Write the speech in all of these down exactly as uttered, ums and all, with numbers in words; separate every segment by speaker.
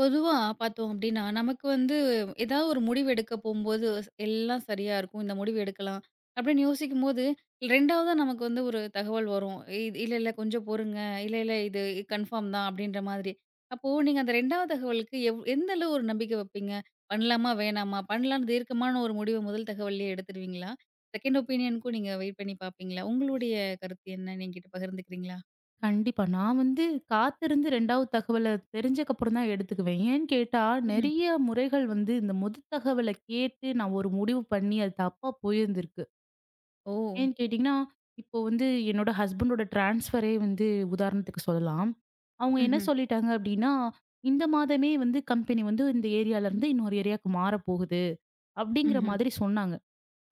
Speaker 1: பொதுவா பார்த்தோம் அப்டின்னா, நமக்கு வந்து ஏதாவது ஒரு முடிவு எடுக்க போம்போது, எல்லாம் சரியா இருக்கும். இந்த முடிவு எடுக்கலாம். அப்டின்னு யோசிக்கும்போது, இரண்டாவதா நமக்கு வந்து ஒரு தகவல் வரும். இது இல்ல, இல்ல கொஞ்சம் பொறுங்க. இல்ல, இல்ல இது கன்ஃபார்ம் தான் அப்டின்ற மாதிரி. அப்போ நீங்க அந்த இரண்டாவது தகவலுக்கு எவ் எந்த அளவு ஒரு நம்பிக்கை வைப்பீங்க? பண்ணலாமா? வேணாமா? பண்ணலான்னு தீர்க்கமான ஒரு முடிவு முதல் தகவல்லயே எடுத்துருவீங்களா? செகண்ட் ஒப்பீனியனுக்கும் நீங்க வெயிட் பண்ணி பார்ப்பீங்களா? உங்களுடைய கருத்து என்ன? நீங்க என்கிட்ட பகிர்ந்துக்கிறீங்களா?
Speaker 2: கண்டிப்பா. நான் வந்து காத்திருந்து 2வது தகவல தெரிஞ்சக்கப்புறம் தான் எடுத்துக்குவேன். ஏன்னு கேட்டா,
Speaker 1: ம்ஹ்ம்.
Speaker 2: நெறைய முறைகள் வந்து இந்த முதல் தகவல கேட்டு நான் ஒரு முடிவு பண்ணி அது தப்பா போயிருந்திருக்கு.
Speaker 1: ஓ!
Speaker 2: ஏன்னு கேட்டீங்கன்னா, இப்போ வந்து என்னோட ஹஸ்பண்டோட ட்ரான்ஸ்ஃபரே வந்து உதாரணத்துக்கு சொல்லலாம். அவங்க என்ன
Speaker 1: ம்ஹ்ம்.
Speaker 2: சொல்லிட்டாங்க அப்டின்னா, இந்த மாதமே வந்து கம்பெனி வந்து இந்த ஏரியாலருந்து இன்னொரு ஏரியாவுக்கு மாறப்போகுது அப்டிங்கிற
Speaker 1: ம்ஹ்ம்.
Speaker 2: மாதிரி சொன்னாங்க.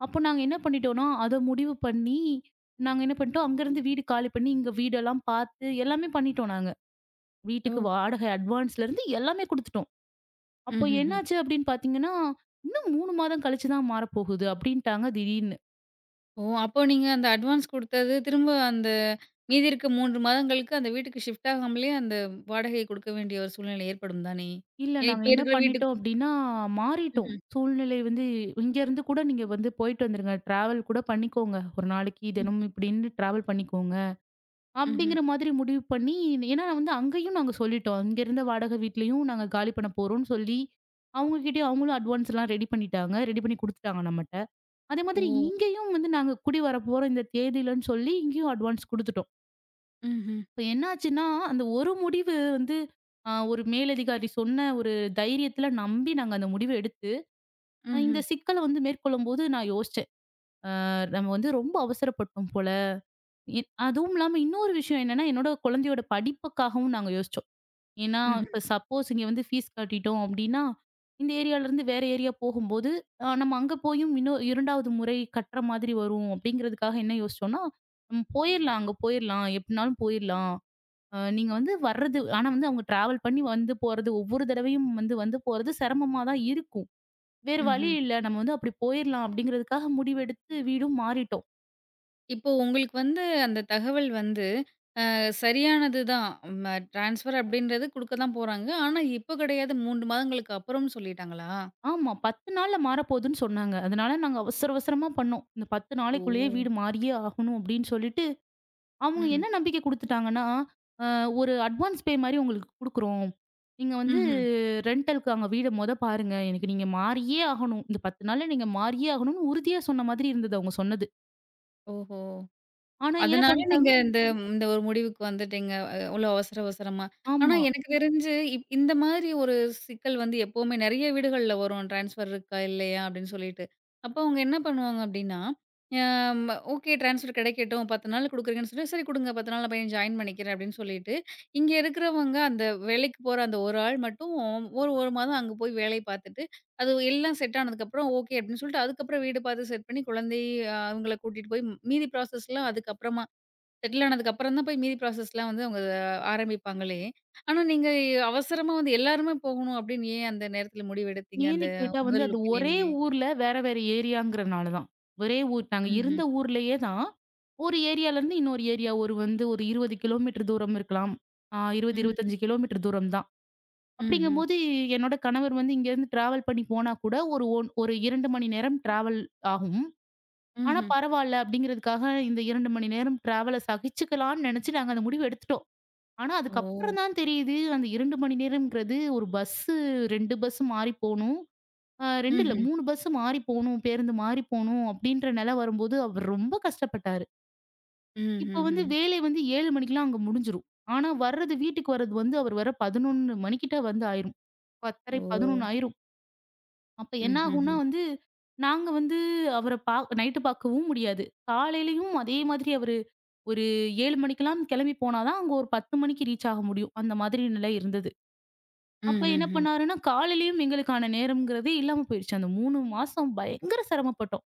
Speaker 2: அப்போ நாங்க என்ன பண்ணிட்டோம்னா, அத முடிவு பண்ணி, நாங்க என்ன பண்ணிட்டோம் அங்கருந்து வீடு காலி பண்ணி, இங்க வீடெல்லாம் பார்த்து எல்லாமே பண்ணிட்டோம் நாங்க. வீட்டுக்கு
Speaker 1: ஓ!
Speaker 2: வாடகை அட்வான்ஸ்லேருந்து எல்லாமே குடுத்துட்டோம். அப்போ
Speaker 1: ம்ஹ்ம்.
Speaker 2: என்னாச்சு அப்படின்னு பார்த்தீங்கன்னா, "இன்னும் மூன்று மாதம் கழிச்சு தான் மாறப்போகுது" அப்படின்ட்டாங்க திடீர்னு.
Speaker 1: ஓ! அப்போ நீங்க அந்த அட்வான்ஸ் குடுத்தது, திரும்ப அந்த மீதி இருக்க மூன்று மாதங்களுக்கு அந்த வீட்டுக்கு ஷிஃப்ட் ஆகாமலே அந்த வாடகை குடுக்க வேண்டிய ஒரு சூழ்நிலை ஏற்படும் தானே?
Speaker 2: இல்ல
Speaker 1: ஏன்
Speaker 2: நாங்க
Speaker 1: இப்ப
Speaker 2: என்ன
Speaker 1: இருக்கிற
Speaker 2: பண்ணிட்டோம்
Speaker 1: வீட்டுக்கு
Speaker 2: அப்படின்னா, மாறிட்டோம்.
Speaker 1: ம்ஹ்ம்,
Speaker 2: சூழ்நிலை வந்து இங்கேருந்து கூட நீங்க வந்து போயிட்டு வந்துருங்க. டிராவல் கூட பண்ணிக்கோங்க. ஒரு நாளைக்கு
Speaker 1: ம்ஹ்ம்,
Speaker 2: தினமும் இப்படின்னு டிராவல் பண்ணிக்கோங்க.
Speaker 1: ம்ஹ்ம்.
Speaker 2: அப்படிங்கிற மாதிரி முடிவு பண்ணி ஏன்னா வந்து அங்கேயும் நாங்க சொல்லிட்டோம். இங்கேருந்த வாடகை வீட்லயும் நாங்க காலி பண்ண போறோம்ன்னு சொல்லி, அவங்க கிட்டயும் அவங்களும் அட்வான்ஸ்லாம் ரெடி பண்ணிட்டாங்க. ரெடி பண்ணி குடுத்துட்டாங்க நம்மட்ட. அதே
Speaker 1: ஓ!
Speaker 2: மாதிரி இங்கேயும் வந்து நாங்க குடி வரப்போறோம் இந்த தேதியிலன்னு சொல்லி இங்கேயும் அட்வான்ஸ் குடுத்துட்டோம்.
Speaker 1: ம்ஹ்ம்,
Speaker 2: இப்ப என்னாச்சுன்னா, அந்த ஒரு முடிவு வந்து அ ஒரு மேலதிகாரி சொன்ன ஒரு தைரியத்துல நம்பி நாங்க அந்த முடிவ எடுத்து, ஆஹ், இந்த
Speaker 1: ம்ஹ்ம்,
Speaker 2: சிக்கல வந்து மேற்கொள்ளும்போது நான் யோசிச்சேன். அ நம்ம வந்து ரொம்ப அவசரப்பட்டோம் போல. இ அதுவும் இல்லாம இன்னொரு விஷயம் என்னன்னா, என்னோட குழந்தையோட படிப்புக்காகவும் நாங்க யோசிச்சோம். ஏன்னா,
Speaker 1: ம்ஹ்ம்,
Speaker 2: இப்ப சப்போஸ் இங்க வந்து ஃபீஸ் கட்டிட்டோம் அப்டின்னா, இந்த ஏரியாலருந்து வேற ஏரியா போகும்போது, அ நம்ம அங்க போயும் இன்னும் 2வது முறை கட்ற மாதிரி வரும் அப்டிங்கிறதுக்காக என்ன யோசிச்சோம்னா, நம்ம போயிரலாம் அங்க போயிரலாம். எப்டினாலும் போயிரலாம். அ நீங்க வந்து வர்றது ஆனா வந்து அவங்க டிராவல் பண்ணி வந்து போறது ஒவ்வொரு தடவையும் வந்து வந்து போறது சிரமமா தான் இருக்கும். வேறு வழி
Speaker 1: ம்ஹ்ம்.
Speaker 2: இல்ல. நம்ம வந்து அப்டி போயிரலாம் அப்டிங்கிறதுக்காக முடிவெடுத்து வீடும் மாறிட்டோம்.
Speaker 1: இப்போ உங்களுக்கு வந்து அந்த தகவல் வந்து அ சரியானது தான். ம ட்ரான்ஸ்ஃபர் அப்படின்றது குடுக்க தான் போறாங்க. ஆனா, இப்போ கிடையாது மூன்று மாதங்களுக்கு அப்புறம்னு சொல்லிட்டாங்களா?
Speaker 2: ஆமா பத்து நாள்ல மாறப்போதுன்னு சொன்னாங்க. அதனால நாங்க அவசர அவசரமா பண்ணோம். இந்த பத்து நாளைக்குள்ளேயே
Speaker 1: ஓ!
Speaker 2: வீடு மாறியே ஆகணும் அப்டின்னு சொல்லிட்டு அவங்க
Speaker 1: ம்,
Speaker 2: என்ன நம்பிக்கை குடுத்துட்டாங்கன்னா, அ ஒரு அட்வான்ஸ் பே மாரி உங்களுக்கு குடுக்குறோம். நீங்க வந்து
Speaker 1: ம்ஹ்ம்.
Speaker 2: ரென்டலுக்கு அங்க வீட மொத பாருங்க. எனக்கு நீங்க மாறியே ஆகணும். இந்த பத்து நாள்ல நீங்க மாறியே ஆகணும்னு உறுதியா சொன்ன மாதிரி இருந்தது அவங்க சொன்னது.
Speaker 1: ஓஹோ!
Speaker 2: ஆனா என்ன
Speaker 1: அதனால
Speaker 2: பண்ட்டாங்க
Speaker 1: நீங்க இந்த இந்த ஒரு முடிவுக்கு வந்துட்டீங்க. அ அவ்ளோ அவசர அவசரமா. ஆனா
Speaker 2: ஆமா.
Speaker 1: எனக்கு தெரிஞ்சு இப் இந்த மாதிரி ஒரு சிக்கல் வந்து எப்பவுமே நெறைய வீடுகள்ல வரும். ட்ரான்ஸ்ஃபர் இருக்கா? இல்லையா? அப்படின்னு சொல்லிட்டு. அப்போ அவங்க என்ன பண்ணுவாங்க அப்படின்னா, அம் ஓகே ட்ரான்ஸ்ஃபர் கிடைக்கட்டும். பத்து நாள் குடுக்குறீங்கன்னு சொல்லி, சரி குடுங்க பத்து நாள்ல பையன் ஜாயின் பண்ணிக்கிறேன் அப்படின்னு சொல்லிட்டு, இங்க இருக்கிறவங்க அந்த வேலைக்கு போற அந்த ஒரு ஆள் மட்டும் ஒரு 1 மாதம் அங்க போய் வேலை பார்த்துட்டு, அது எல்லாம் செட் ஆனதுக்கப்புறம் ஓகே அப்படின்னு சொல்லிட்டு, அதுக்கப்புறம் வீடு பார்த்து செட் பண்ணி குழந்தை அ அவங்கள கூட்டிட்டு போய் மீதி ப்ராசஸ்லாம் அதுக்கப்புறமா செட்டில் ஆனதுக்கு அப்புறம் தான் போய் மீதி ப்ராசஸ்லாம் வந்து அவங்க ஆரம்பிப்பாங்களே! ஆனா நீங்க அவசரமா வந்து எல்லாருமே போகணும் அப்டின்னு ஏன் அந்த நேரத்துல முடிவெடுத்தீங்க? அந்த
Speaker 2: ஏன்னு கேட்டா வந்து
Speaker 1: முதல்
Speaker 2: அது ஒரே
Speaker 1: ஒப்பீனியன்லயே?
Speaker 2: ஊர்ல வேற, வேற ஏரியாங்கிறனால தான். ஒரே ஊர் நாங்க
Speaker 1: ம்ஹ்ம்.
Speaker 2: இருந்த ஊர்லயே தான். ஒரு ஏரியாலருந்து இன்னொரு ஏரியா ஒரு வந்து ஒரு இருபது கிலோமீட்டர் தூரம் இருக்கலாம். அ இருபது,
Speaker 1: ம்.
Speaker 2: இருபத்தி ஐந்து கிலோமீட்டர் தூரம் தான்.
Speaker 1: ம்ஹ்ம்.
Speaker 2: அப்படிங்கும்போது, என்னோட கணவர் வந்து இங்கேருந்து டிராவல் பண்ணி போனா கூட ஒரு ஒன் ஒரு இரண்டு மணி நேரம் டிராவல் ஆகும். ஆனா
Speaker 1: ம்ஹ்ம்.
Speaker 2: பரவால்ல அப்படிங்கிறதுக்காக இந்த இரண்டு மணி நேரம் டிராவல சகிச்சுக்கலான்னு நெனச்சு நாங்க அந்த முடிவு எடுத்துட்டோம். ஆனா
Speaker 1: ஓ!
Speaker 2: அதுக்கப்புறம் தான் தெரியுது அந்த இரண்டு மணி நேரம்ங்கிறது ஒரு பஸ்ஸு இரண்டு பஸ் மாறி போணும். அ இரண்டு இல்ல
Speaker 1: ம்ஹ்ம்.
Speaker 2: மூன்று பஸ் மாறி போணும். பேருந்து மாறி போணும் அப்படின்ற நெல வரும்போது அவர் ரொம்ப கஷ்டப்பட்டாரு. இப்ப வந்து
Speaker 1: ம்ஹ்ஹ்ம்.
Speaker 2: வேலை வந்து ஏழு மணிக்கெல்லாம் அங்க முடிஞ்சிரும். ஆனா வர்றது வீட்டுக்கு வர்றது வந்து அவர் வர பதினொன்று மணிக்கிட்ட வந்து ஆயிரும். பத்தரை,
Speaker 1: ஓ!
Speaker 2: பதினொன்று ஆயிரும். அப்ப என்ன ஆகும்னா
Speaker 1: ம்ஹ்ஹ்ம்.
Speaker 2: வந்து, நாங்க வந்து அவர பா நைட்டு பார்க்கவும் முடியாது. காலையிலயும் அதே மாதிரி அவரு ஒரு ஏழு மணிக்கெல்லாம் கிளம்பி போனா தான் அங்க ஒரு பத்து மணிக்கு ரீச் ஆக முடியும். அந்த மாதிரி நிலை இருந்தது. அப்ப என்ன
Speaker 1: ம்ஹ்ஹ்ம்.
Speaker 2: பண்ணாருன்னா, காலையிலயும் எங்களுக்கான நேரம்ங்கிறதே இல்லாம போயிருச்சு. அந்த மூன்று மாசம் பயங்கர சிரமப்பட்டோம்.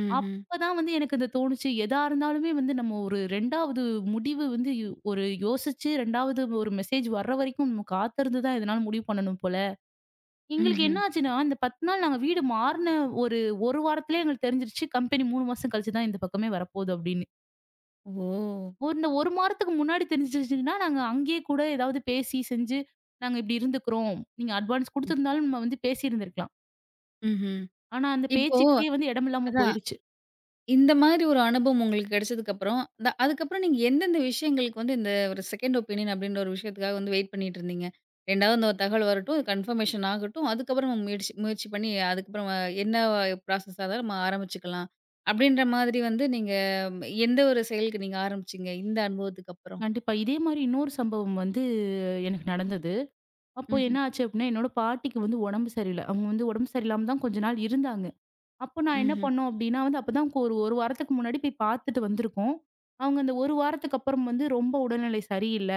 Speaker 1: ம்ஹ்ம்.
Speaker 2: அப்பதான் வந்து எனக்கு இது தோணுச்சு. எதா இருந்தாலுமே வந்து நம்ம ஒரு 2வது முடிவு வந்து யோ- ஒரு யோசிச்சு 2வது ஒரு மெசேஜ் வர்ற வரைக்கும் நம்ம காத்திருந்து தான் எதனாலும் முடிவு பண்ணணும் போல. எங்களுக்கு
Speaker 1: ம்ஹ்ம்.
Speaker 2: என்ன ஆச்சுன்னா, இந்த பத்து நாள் நாங்க வீடு மாறுன ஒரு 1 வாரத்திலயே எங்களுக்கு தெரிஞ்சிருச்சு, கம்பெனி மூன்று மாசம் கழிச்சு தான் இந்த பக்கமே வரப்போகுது அப்படின்னு.
Speaker 1: ஓ!
Speaker 2: ஒரு இந்த ஒரு மாதத்துக்கு முன்னாடி தெரிஞ்சிருச்சுன்னா, நாங்க அங்கேயே கூட ஏதாவது பேசி செஞ்சு, நாங்க இப்படி இருந்துக்கிறோம். நீங்க அட்வான்ஸ் குடுத்திருந்தாலும் நம்ம வந்து பேசியிருந்திருக்கலாம்.
Speaker 1: ம்ஹ்ம்.
Speaker 2: ஆனா அந்த
Speaker 1: இப்போ
Speaker 2: பேச்சுக்கே வந்து இடமில்லாம
Speaker 1: அதான்
Speaker 2: போயிருச்சு.
Speaker 1: இந்த மாதிரி ஒரு அனுபவம் உங்களுக்கு கிடைச்சதுக்கப்புறம், த அதுக்கப்புறம் நீங்க எந்தெந்த விஷயங்களுக்கு வந்து இந்த ஒரு செகண்ட் ஒப்பீனியன் அப்படின்ற ஒரு விஷயத்துக்காக வந்து வெயிட் பண்ணிட்டு இருந்தீங்க? ரெண்டாவது அந்த ஒரு தகவல் வரட்டும், கன்ஃபர்மேஷன் ஆகட்டும். அதுக்கப்புறம் நம்ம முயற்சி முயற்சி பண்ணி அதுக்கப்புறம் அஹ், என்ன ப்ராசஸ் இருந்தாலும் நம்ம ஆரம்பிச்சுக்கலாம். அப்படின்ற மாதிரி வந்து நீங்க ம், எந்த ஒரு செயலுக்கு நீங்க ஆரம்பிச்சீங்க? இந்த அனுபவத்துக்கு அப்புறம்?
Speaker 2: கண்டிப்பா. இதே மாரி இன்னொரு சம்பவம் வந்து எனக்கு நடந்தது. அப்போ
Speaker 1: ம்ஹ்ம்.
Speaker 2: என்ன ஆச்சு அப்படின்னா, என்னோட பாட்டிக்கு வந்து உடம்பு சரியில்ல. அவங்க வந்து உடம்பு சரியில்லாம தான் கொஞ்ச நாள் இருந்தாங்க. அப்போ நான் என்ன
Speaker 1: ம்ஹ்ம்.
Speaker 2: பண்ணோம் அப்டின்னா வந்து அப்பதான் ஒரு 1 வாரத்துக்கு முன்னாடி போய் பார்த்துட்டு வந்திருக்கோம். அவங்க அந்த ஒரு வாரத்துக்கு அப்புறம் வந்து ரொம்ப உடல்நிலை சரியில்ல.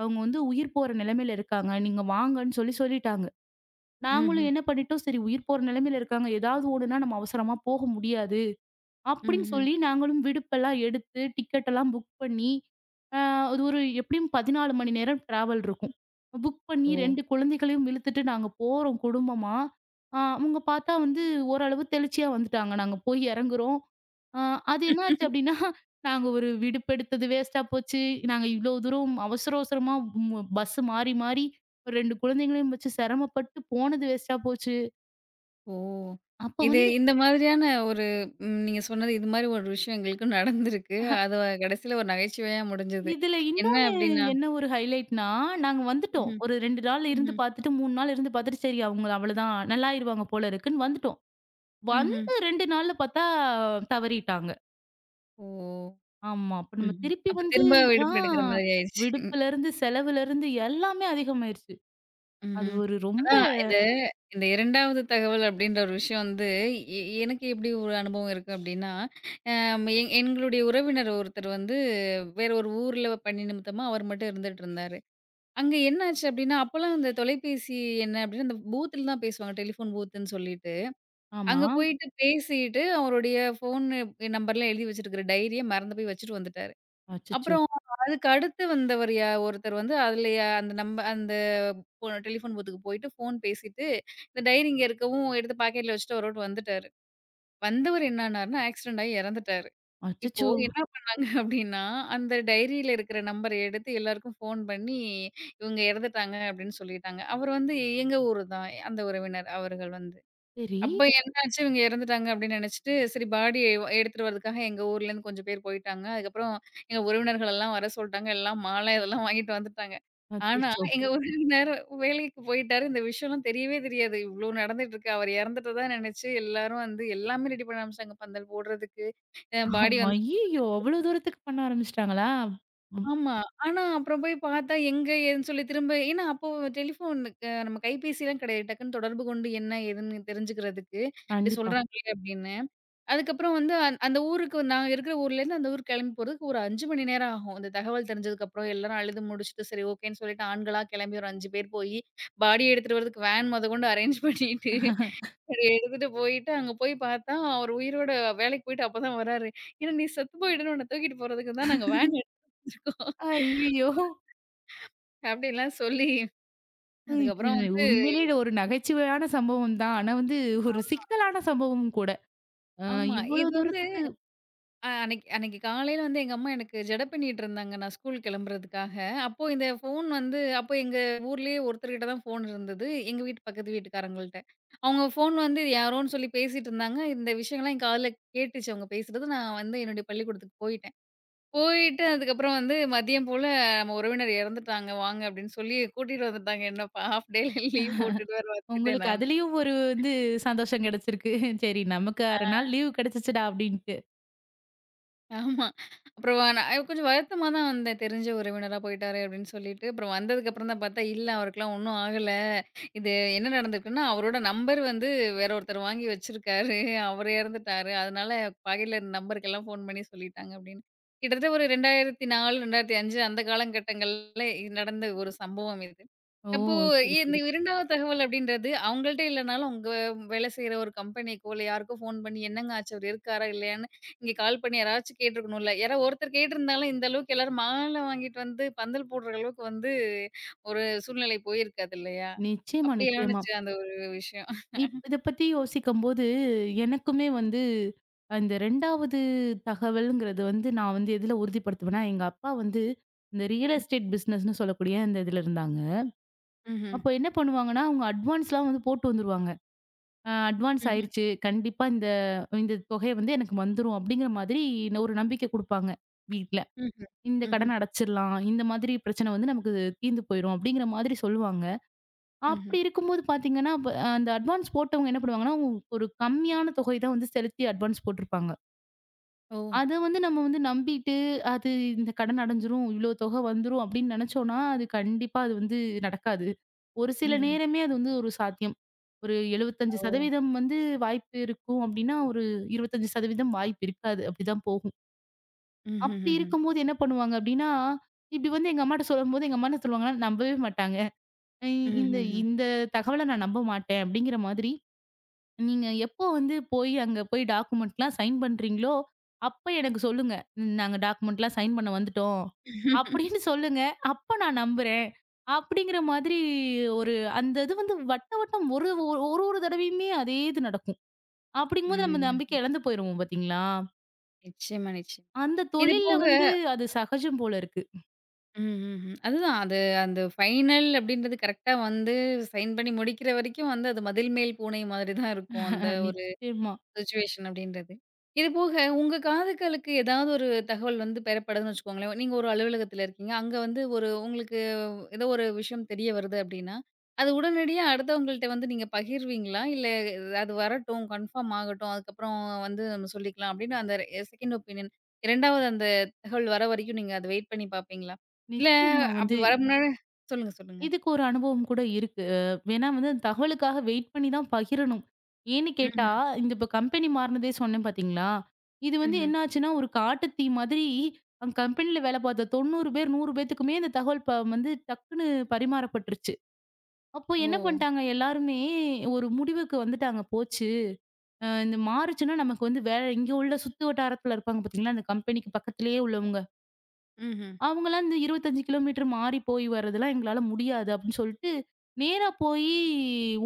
Speaker 2: அவங்க வந்து உயிர் போற நிலைமையில இருக்காங்க. நீங்க வாங்கன்னு சொல்லி சொல்லிட்டாங்க.
Speaker 1: ம்ஹ்ம்.
Speaker 2: நாங்களும் என்ன பண்ணிட்டோம், சரி உயிர் போற நிலைமையில இருக்காங்க. ஏதாவது ஒண்ணுனா நம்ம அவசரமா போக முடியாது. அப்படின்னு
Speaker 1: ம்ஹ்ம்.
Speaker 2: சொல்லி நாங்களும் விடுப்பெல்லாம் எடுத்து, டிக்கெட் எல்லாம் புக் பண்ணி, அ அது ஒரு எப்படியும் பதினான்கு மணி நேரம் டிராவல் இருக்கும். புக் பண்ணி
Speaker 1: ஓ!
Speaker 2: இரண்டு குழந்தைகளையும் இழுத்துட்டு நாங்க போறோம் குடும்பமா. அ அவங்க பார்த்தா வந்து ஓரளவு தெளிச்சியா வந்துட்டாங்க. நாங்க போய் இறங்குறோம். அ அது என்னாச்சு அப்படின்னா, நாங்க ஒரு விடுப்பெடுத்தது வேஸ்ட்டா போச்சு. நாங்க இவ்வளோ தூரம் அவசர அவசரமா ம் பஸ் மாறி மாறி ஒரு இரண்டு குழந்தைங்களையும் வச்சு சிரமப்பட்டு போனது வேஸ்ட்டா போச்சு.
Speaker 1: ஓ!
Speaker 2: அப்ப
Speaker 1: இது
Speaker 2: வந்து
Speaker 1: இந்த மாதிரியான ஒரு ம் நீங்க சொன்னது இது மாரி ஒரு விஷயம் எங்களுக்கும் நடந்திருக்கு. அது கடைசியில ஒரு நகைச்சுவையா முடிஞ்சது.
Speaker 2: இதுல
Speaker 1: என்ன
Speaker 2: இன்னொன்னு
Speaker 1: அப்டின்னா
Speaker 2: என்ன ஒரு ஹைலைட்னா, நாங்க வந்துட்டோம்.
Speaker 1: ம்ஹ்ம்,
Speaker 2: ஒரு இரண்டு நாள் இருந்து
Speaker 1: ம்ஹ்ம்,
Speaker 2: பார்த்துட்டு, மூன்று நாள் இருந்து பார்த்துட்டு, சரி அவங்க அவ்வளதான் நல்லாயிருவாங்க போல இருக்குன்னு வந்துட்டோம்.
Speaker 1: ம்ஹ்ம்.
Speaker 2: வந்து இரண்டு நாள்ல பார்த்தா தவறிட்டாங்க.
Speaker 1: ஓ!
Speaker 2: ஆமா. அப்ப நம்ம
Speaker 1: ம்ஹ்ம்.
Speaker 2: திருப்பி
Speaker 1: அப்ப
Speaker 2: வந்து
Speaker 1: திரும்ப
Speaker 2: ஆ
Speaker 1: விடுப்பு எடுக்கிற மாதிரி ஆயிருச்சு. ம்,
Speaker 2: விடுப்புலருந்து, செலவுலருந்து எல்லாமே அதிகமாயிருச்சு. அது
Speaker 1: ம்ஹ்ம்.
Speaker 2: ஒரு ரொம்ப
Speaker 1: அதான் இந்த இந்த இரண்டாவது தகவல் அப்டின்ற ஒரு விஷயம் வந்து எ எனக்கு எப்டி ஒரு அனுபவம் இருக்கு அப்டின்னா, அம் எங் எங்களுடைய உறவினர் ஒருத்தர் வந்து வேற ஒரு ஊர்ல பணி நிமித்தமா அவர் மட்டும் இருந்துட்டு இருந்தாரு. அங்க என்னாச்சு அப்டின்னா, அப்பலாம் அந்த தொலைபேசி என்ன அப்டின்னா, அந்த பூத்துல தான் பேசுவாங்க. டெலிஃபோன் பூத்துன்னு சொல்லிட்டு.
Speaker 2: ஆமா.
Speaker 1: அங்க போயிட்டு பேசிட்டு, அவருடைய ஃபோன் நம்பர்லாம் எழுதி வச்சிருக்கிற டைரிய மறந்து போய் வச்சுட்டு வந்துட்டாரு.
Speaker 2: அச்சச்சோ!
Speaker 1: அப்புறம் அதுக்கு அடுத்து வந்தவர் யா ஒருத்தர் வந்து அதுல யா அந்த நம்ப அந்த ஃபோ டெலிஃபோன் பூத்துக்கு போயிட்டு ஃபோன் பேசிட்டு, இந்த டைரி இங்க இருக்கவும் எடுத்து பாக்கெட்ல வச்சுட்டு அவரோட்டு வந்துட்டாரு. வந்தவர் என்ன ஆனாருன்னா, ஆக்சிடென்ட் ஆயி இறந்துட்டாரு. இப்போ
Speaker 2: அச்சச்சோ!
Speaker 1: என்ன பண்ணாங்க அப்டின்னா, அந்த டைரியில இருக்கிற நம்பர எடுத்து எல்லாருக்கும் ஃபோன் பண்ணி, இவங்க இறந்துட்டாங்க அப்படின்னு சொல்லிட்டாங்க. அவர் வந்து எங்க ஊரு தான் அந்த உறவினர் அவர்கள் வந்து.
Speaker 2: சரி.
Speaker 1: அப்ப என்னாச்சு இவங்க இறந்துட்டாங்க அப்படின்னு நினைச்சுட்டு, சரி பாடி எடுத்துட்டு வரதுக்காக எங்க ஊர்லேருந்து கொஞ்சம் பேர் போயிட்டாங்க. அதுக்கப்புறம் எங்க உறவினர்கள் எல்லாம் வர சொல்ட்டாங்க. எல்லாம் மாலை இதெல்லாம் வாங்கிட்டு வந்துட்டாங்க. ஆனா
Speaker 2: அச்சச்சோ!
Speaker 1: எங்க உறவினர் வேலைக்கு போயிட்டாரு. இந்த விஷயம்லாம் தெரியவே தெரியாது. இவ்ளோ நடந்துட்டுருக்கு. அவர் இறந்துட்டதா நினைச்சு எல்லாரும் வந்து எல்லாமே ரெடி பண்ண ஆரம்பிச்சுட்டாங்க. பந்தல் போடுறதுக்கு, அ பாடி வந்து
Speaker 2: ஐய்யயோ! அவ்வளோ தூரத்துக்கு பண்ண ஆரம்பிச்சுட்டாங்களா? ம்.
Speaker 1: ஆமா. ஆனா அப்புறம் போய் பார்த்தா, எங்க ஏதுன்னு சொல்லி திரும்ப ஏன்னா அப்போ டெலிஃபோனுக்கு நம்ம கைபேசிலாம் கிடையாது. டக்குன்னு தொடர்பு கொண்டு என்ன ஏதுன்னு தெரிஞ்சுக்கிறதுக்கு, இப்டி
Speaker 2: கண்டிப்பா.
Speaker 1: சொல்றாங்களே அப்டின்னு. அதுக்கப்புறம் வந்து அந் அந்த ஊருக்கு நாங்க இருக்கிற ஊர்லேருந்து அந்த ஊருக்கு கிளம்பி போறதுக்கு ஒரு ஐந்து மணி நேரம் ஆகும். இந்த தகவல் தெரிஞ்சதுக்கப்புறம் எல்லாரும் அழுது முடிச்சுட்டு, சரி ஓகேன்னு சொல்லிட்டு ஆண்களா கிளம்பி ஒரு ஐந்து பேர் போயி, பாடிய எடுத்துட்டு வரதுக்கு வேன் மொதக்கொண்டு அரேஞ்ச் பண்ணிட்டு, அத எடுத்துட்டு போயிட்டு, அங்க போய் பார்த்தா, அவர் உயிரோட வேலைக்கு போயிட்டு அப்பதான் வராரு. ஏன்னா, "நீ செத்து போயிடுன்னு உன்ன தூக்கிட்டு போறதுக்கு தான் நாங்க வேன் எடுத்துட்டு வந்துருக்கோம்."
Speaker 2: ஐய்யயோ!
Speaker 1: அப்படிலாம் சொல்லி,
Speaker 2: அ இது
Speaker 1: அதுக்கப்புறம் வந்து
Speaker 2: உண்மையிலேயே ஒரு நகைச்சுவையான சம்பவம் தான். ஆனா வந்து ஒரு சிக்கலான சம்பவமும் கூட. அ
Speaker 1: ஆமா.
Speaker 2: இவ்ளோ
Speaker 1: இது வந்து
Speaker 2: தூரத்துக்கு
Speaker 1: அ அன்னைக்கு அன்னைக்கு காலையில வந்து எங்க அம்மா எனக்கு ஜடை பின்னிட்டு இருந்தாங்க. நான் ஸ்கூல் கிளம்புறதுக்காக. அப்போ இந்த ஃபோன் வந்து அப்போ எங்க ஊர்லயே ஒருத்தர்கிட்ட தான் ஃபோன் இருந்தது. எங்க வீட்டு பக்கத்து வீட்டுக்காரங்கள்ட்ட. அவங்க ஃபோன் வந்து யாரோன்னு சொல்லி பேசிட்டு இருந்தாங்க. இந்த விஷயங்கள்லாம் என் காதுல கேட்டுச்சு அவங்க பேசுறது. நான் வந்து என்னுடைய பள்ளிக்கூடத்துக்கு போயிட்டேன். போயிட்டு அதுக்கப்புறம் வந்து மதியம் போல நம்ம உறவினர் இறந்துட்டாங்க வாங்க அப்படின்னு சொல்லி கூட்டிட்டு வந்துட்டாங்க. என்ன ஹாஃப் டே லீவ் போட்டுட்டு வேற வந்துட்டேன்
Speaker 2: உங்களுக்கு
Speaker 1: நான்.
Speaker 2: அதுலயும் ஒரு வந்து சந்தோஷம் கிடைச்சிருக்கு. சரி நமக்கு ஆறு நாள் லீவ் கிடைச்சிச்சுடா அப்டின்ட்டு.
Speaker 1: ஆமா. அப்புறம் நான் கொஞ்சம் வருத்தமா தான் வந்தேன். தெரிஞ்ச உறவினரா போயிட்டாரே அப்படின்னு சொல்லிட்டு. அப்புறம் வந்ததுக்கப்புறம் தான் பார்த்தா, இல்ல அவருக்கெல்லாம் ஒண்ணும் ஆகல. இது என்ன நடந்திருக்குன்னா, அவரோட நம்பர் வந்து வேற ஒருத்தர் வாங்கி வச்சிருக்காரு. அவரு இறந்துட்டாரு. அதனால பகையில இருந்த நம்பருக்கெல்லாம் ஃபோன் பண்ணி சொல்லிட்டாங்க அப்படின்னு. கிட்டத்தட்ட ஒரு இரண்டாயிரத்தி நாலு, இரண்டாயிரத்தி அஞ்சு அந்த காலகட்டங்கள்ல இது நடந்த ஒரு சம்பவம் இது.
Speaker 2: ஓ!
Speaker 1: அப்போ
Speaker 2: சரி,
Speaker 1: இந்த
Speaker 2: சரி.
Speaker 1: 2வது தகவல் அப்படின்றது அவங்கள்ட்ட இல்லனாலும், உங்க வேலை செய்ற ஒரு கம்பெனிக்கோ, இல்ல யாருக்கோ ஃபோன் பண்ணி, "என்னங்க ஆச்சு? அவரு இருக்காரா? இல்லையான்னு" இங்க கால் பண்ணி யாராச்சும் கேட்டுருக்கணும்ல. யாராவது ஒருத்தர் கேட்டிருந்தாலும், இந்த அளவுக்கு எல்லாரும் மாலை வாங்கிட்டு வந்து பந்தல் போடுற அளவுக்கு வந்து ஒரு சூழ்நிலை போயிருக்காது இல்லையா?
Speaker 2: நிச்சயமா,
Speaker 1: அப்படி
Speaker 2: நிச்சயமா.
Speaker 1: ஆணுச்சு அந்த ஒரு விஷயம்.
Speaker 2: இப் இத பத்தி யோசிக்கும்போது எனக்குமே வந்து அந்த 2வது தகவல்ங்கிறது வந்து நான் வந்து எதுல உறுதிப்படுத்துவேன்னா, எங்க அப்பா வந்து இந்த ரியல் எஸ்டேட் பிசினஸ்ன்னு சொல்லக்கூடிய அந்த இதுல இருந்தாங்க.
Speaker 1: ம்ஹ்ம்.
Speaker 2: அப்போ என்ன பண்ணுவாங்கன்னா, அவங்க அட்வான்ஸ்லாம் வந்து போட்டு வந்துருவாங்க. அ அட்வான்ஸ்
Speaker 1: ம்ஹ்ம்.
Speaker 2: ஆயிருச்சு. கண்டிப்பா இந்த இந்த தொகை வந்து எனக்கு வந்துரும் அப்படிங்கிற மாதிரி ஒரு நம்பிக்கை குடுப்பாங்க வீட்ல.
Speaker 1: ம்ஹ்ம்.
Speaker 2: இந்த
Speaker 1: ம்ஹ்ம்.
Speaker 2: கடன அடைச்சிரலாம். இந்த மாதிரி பிரச்சனை வந்து நமக்கு தீர்ந்து போயிரும் அப்படிங்கிற மாதிரி சொல்லுவாங்க.
Speaker 1: ம்ஹ்ம்.
Speaker 2: அப்படி இருக்கும்போது பார்த்தீங்கன்னா, அப்ப அந்த அட்வான்ஸ் போட்டவங்க என்ன பண்ணுவாங்கன்னா, அவங்க ஒரு கம்மியான தொகை தான் வந்து செலுத்தி அட்வான்ஸ் போட்டிருப்பாங்க.
Speaker 1: ஓ!
Speaker 2: அத வந்து நம்ம வந்து நம்பிட்டு, அது இந்த கடன் அடைஞ்சிரும், இவ்ளோ தொகை வந்துரும் அப்படின்னு நினைச்சோம்னா, அது கண்டிப்பா அது வந்து நடக்காது. ஒரு சில
Speaker 1: ம்ஹ்ம்.
Speaker 2: நேரமே அது வந்து ஒரு சாத்தியம். ஒரு
Speaker 1: ஓ!
Speaker 2: எழுபத்தி ஐந்து சதவீதம் வந்து வாய்ப்பு இருக்கும் அப்படின்னா, ஒரு இருபத்தி ஐந்து சதவீதம் வாய்ப்பு இருக்காது. அப்படிதான் போகும். அப்படி
Speaker 1: ம்ஹ்ஹ்ஹ்ம்.
Speaker 2: இருக்கும்போது என்ன பண்ணுவாங்க அப்படின்னா, இப்படி வந்து எங்க அம்மாட்ட சொல்லும்போது, எங்க அம்மா என்ன சொல்லுவாங்கன்னா, நம்பவே மாட்டாங்க. இ இந்த
Speaker 1: ம்ஹ்ஹ்ம்.
Speaker 2: இந்த தகவல நான் நம்ப மாட்டேன் அப்படிங்கிற மாதிரி நீங்க எப்போ வந்து போய் அங்க போய் டாக்குமெண்ட்லாம் சைன் பண்றீங்களோ, அப்ப எனக்கு சொல்லுங்க. "ம், நாங்க டாக்குமெண்ட்லாம் சைன் பண்ண வந்துட்டோம். அப்படின்னு சொல்லுங்க. அப்ப நான் நம்புறேன். அப்படிங்கிற மாதிரி ஒரு அந்த இது வந்து வட்ட வட்டம் ஒரு ஒரு ஒரு ஒரு தடவையுமே அதே இது நடக்கும். அப்படிங்கும்போது நம்ம நம்பிக்கை
Speaker 1: ம்.
Speaker 2: இழந்து போயிருவோம் பார்த்தீங்களா?
Speaker 1: நிச்சயமா, நிச்சயம்.
Speaker 2: அந்த
Speaker 1: இது
Speaker 2: தொழில்ல
Speaker 1: போக
Speaker 2: வந்து அது சகஜம் போல இருக்கு.
Speaker 1: ம்ஹ்ஹ்ம். அதுதான். அது அந்த ஃபைனல் அப்படின்றது கரெக்ட்டா வந்து சைன் பண்ணி முடிக்கிற வரைக்கும் வந்து அது மதில் மேல் பூனை மாதிரி தான் இருக்கும். அந்த ஒரு
Speaker 2: நிச்சயமா,
Speaker 1: சிச்சுவேஷன் அப்படின்றது. இது போக உங்க காதுகளுக்கு ஏதாவது ஒரு தகவல் வந்து பெறப்படுதுன்னு வச்சுக்கோங்களேன். நீங்க ஒரு அலுவலகத்தில இருக்கீங்க. அங்க வந்து ஒரு உங்களுக்கு ஏதோ ஒரு விஷயம் தெரிய வருது அப்படின்னா, அது உடனடியா அடுத்தவங்கள்ட்ட வந்து நீங்க பகிர்வீங்களா? இல்ல அது வரட்டும், கன்ஃபார்ம் ஆகட்டும். அதுக்கப்புறம் வந்து நம்ம சொல்லிக்கலாம் அப்படின்னு அந்த செகண்ட் ஒப்பீனியன் இரண்டாவது அந்த தகவல் வர வரைக்கும் நீங்க அத வெயிட் பண்ணி பார்ப்பீங்களா? இல்ல
Speaker 2: நிச்சயமா
Speaker 1: அப்படி
Speaker 2: வந்து
Speaker 1: வர முன்னாடி சொல்லுங்க, சொல்லுங்க.
Speaker 2: இதுக்கு ஒரு அனுபவம் கூட இருக்கு. அ வேணா வந்து அந்த தகவலுக்காக வெயிட் பண்ணி தான் பகிரணும். ஏன்னு
Speaker 1: ம்ஹ்ம்,
Speaker 2: கேட்டா, இந்த இப்ப கம்பெனி மாறுனதே சொன்னேன் பார்த்தீங்களா? இது வந்து
Speaker 1: ம்ஹ்ம்.
Speaker 2: என்ன ஆச்சுன்னா, ஒரு காட்டுத்தீ மாதிரி அங்க கம்பெனில வேலை பார்த்த தொண்ணூறு பேர் நூறு பேத்துக்குமே இந்த தகவல் ப வந்து டக்குன்னு பரிமாறப்பட்டுருச்சு. அப்போ என்ன
Speaker 1: ஓ!
Speaker 2: பண்ணிட்டாங்க எல்லாருமே ஒரு முடிவுக்கு வந்துட்டாங்க போச்சு. அ இந்த மாறுச்சுன்னா நமக்கு வந்து வேற இங்க உள்ள சுத்து வட்டாரத்துல இருப்பாங்க பார்த்தீங்களா, அந்த கம்பெனிக்கு பக்கத்திலேயே உள்ளவங்க.
Speaker 1: ம்ஹ்ம்.
Speaker 2: அவங்கலாம் இந்த இருபத்தி ஐந்து கிலோமீட்டர் மாறி போய் வரதெல்லாம் எங்களால முடியாது அப்படின்னு சொல்லிட்டு, நேரா போயி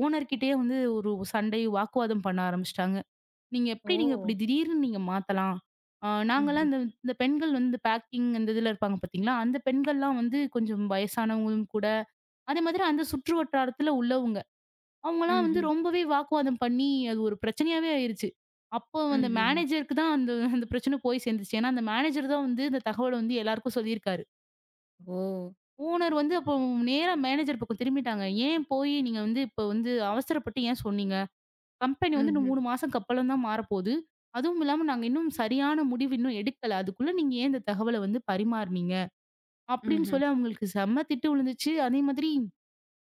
Speaker 2: ஓனர் கிட்டயே வந்து ஒரு சண்டை, வாக்குவாதம் பண்ண ஆரம்பிச்சுட்டாங்க. "நீங்க எப்படி நீங்க இப்படி
Speaker 1: ஓ!
Speaker 2: திடீர்னு நீங்க மாத்தலாம்? அ நாங்கலாம்
Speaker 1: ம்ஹ்ம்,
Speaker 2: இந்த இந்த பெண்கள் வந்து பேக்கிங் அந்த இதுல இருப்பாங்க பார்த்தீங்களா? அந்த பெண்கள்லாம் வந்து கொஞ்சம் வயசானவங்களும் கூட, அதே மாதிரி அந்த சுற்று வட்டாரத்துல உள்ளவங்க. அவங்கலாம் வந்து
Speaker 1: ம்ஹ்ம்,
Speaker 2: ரொம்பவே வாக்குவாதம் பண்ணி அது ஒரு பிரச்சனையாவே ஆயிருச்சு. அப்போ
Speaker 1: ம்ஹ்ம்,
Speaker 2: அந்த
Speaker 1: ம்ஹ்ம்.
Speaker 2: மேனேஜருக்கு தான் அந்த அந்த பிரச்சனை போய் சேர்ந்துச்சு. ஏன்னா, அந்த மேனேஜர் தான் வந்து இந்த தகவல வந்து எல்லாருக்கும் சொல்லியிருக்காரு.
Speaker 1: ஓ!
Speaker 2: ஓனர் வந்து அப்போ நேரா மேனேஜர் பக்கம் திரும்பிட்டாங்க. "ஏன் போய் நீங்க வந்து இப்ப வந்து அவசரப்பட்டு ஏன் சொன்னீங்க? கம்பெனி வந்து இன்னும்
Speaker 1: ம்ஹ்ம்.
Speaker 2: மூன்று மாசம்க்கு அப்பறம் தான் மாறப்போது. அதுவும் இல்லாம நாங்க இன்னும் சரியான முடிவு இன்னும் எடுக்கல. அதுக்குள்ள நீங்க ஏன் இந்த தகவல வந்து பரிமாறுனீங்க?" அப்படின்னு
Speaker 1: ம்ஹ்ம்.
Speaker 2: சொல்லி அவங்களுக்கு செம்ம திட்டு விழுந்துச்சு. அதே மாதிரி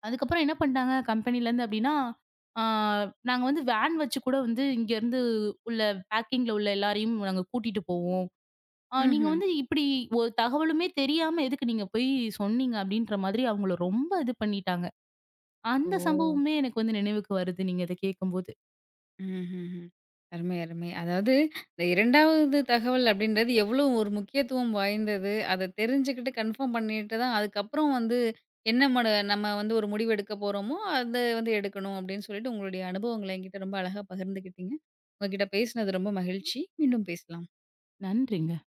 Speaker 2: அதுக்கப்புறம் என்ன பண்ணிட்டாங்க கம்பெனிலேருந்து அப்படின்னா, ஆ நாங்க வந்து வேன் வச்சு கூட வந்து இங்கேருந்து உள்ள பேக்கிங்கில உள்ள எல்லாரையும் நாங்க கூட்டிட்டு போவோம். ஆ நீங்க
Speaker 1: ம்ஹ்ம்.
Speaker 2: வந்து இப்படி ஒரு தகவலுமே தெரியாம எதுக்கு நீங்க போய் சொன்னீங்க? அப்படின்ற மாதிரி அவங்கள ரொம்ப இது பண்ணிட்டாங்க. அந்த
Speaker 1: ஓ!
Speaker 2: சம்பவமே எனக்கு வந்து நினைவுக்கு வருது நீங்க இத கேட்கும்போது.
Speaker 1: ம்ஹ்ஹ்ம். அருமை, அருமை. அதாவது இந்த 2வது தகவல் அப்படின்றது எவ்வளோ ஒரு முக்கியத்துவம் வாய்ந்தது. அத தெரிஞ்சுக்கிட்டு கன்ஃபார்ம் பண்ணிட்டு தான் அதுக்கப்புறம் வந்து என்ன மட நம்ம வந்து ஒரு முடிவு எடுக்க போறோமோ, அத வந்து எடுக்கணும் அப்படின்னு சொல்லிட்டு உங்களுடைய அனுபவங்கள என்கிட்ட ரொம்ப அழகா பகிர்ந்துக்கிட்டீங்க. உங்ககிட்ட பேசினது ரொம்ப மகிழ்ச்சி. மீண்டும் பேசலாம்.
Speaker 2: நன்றிங்க.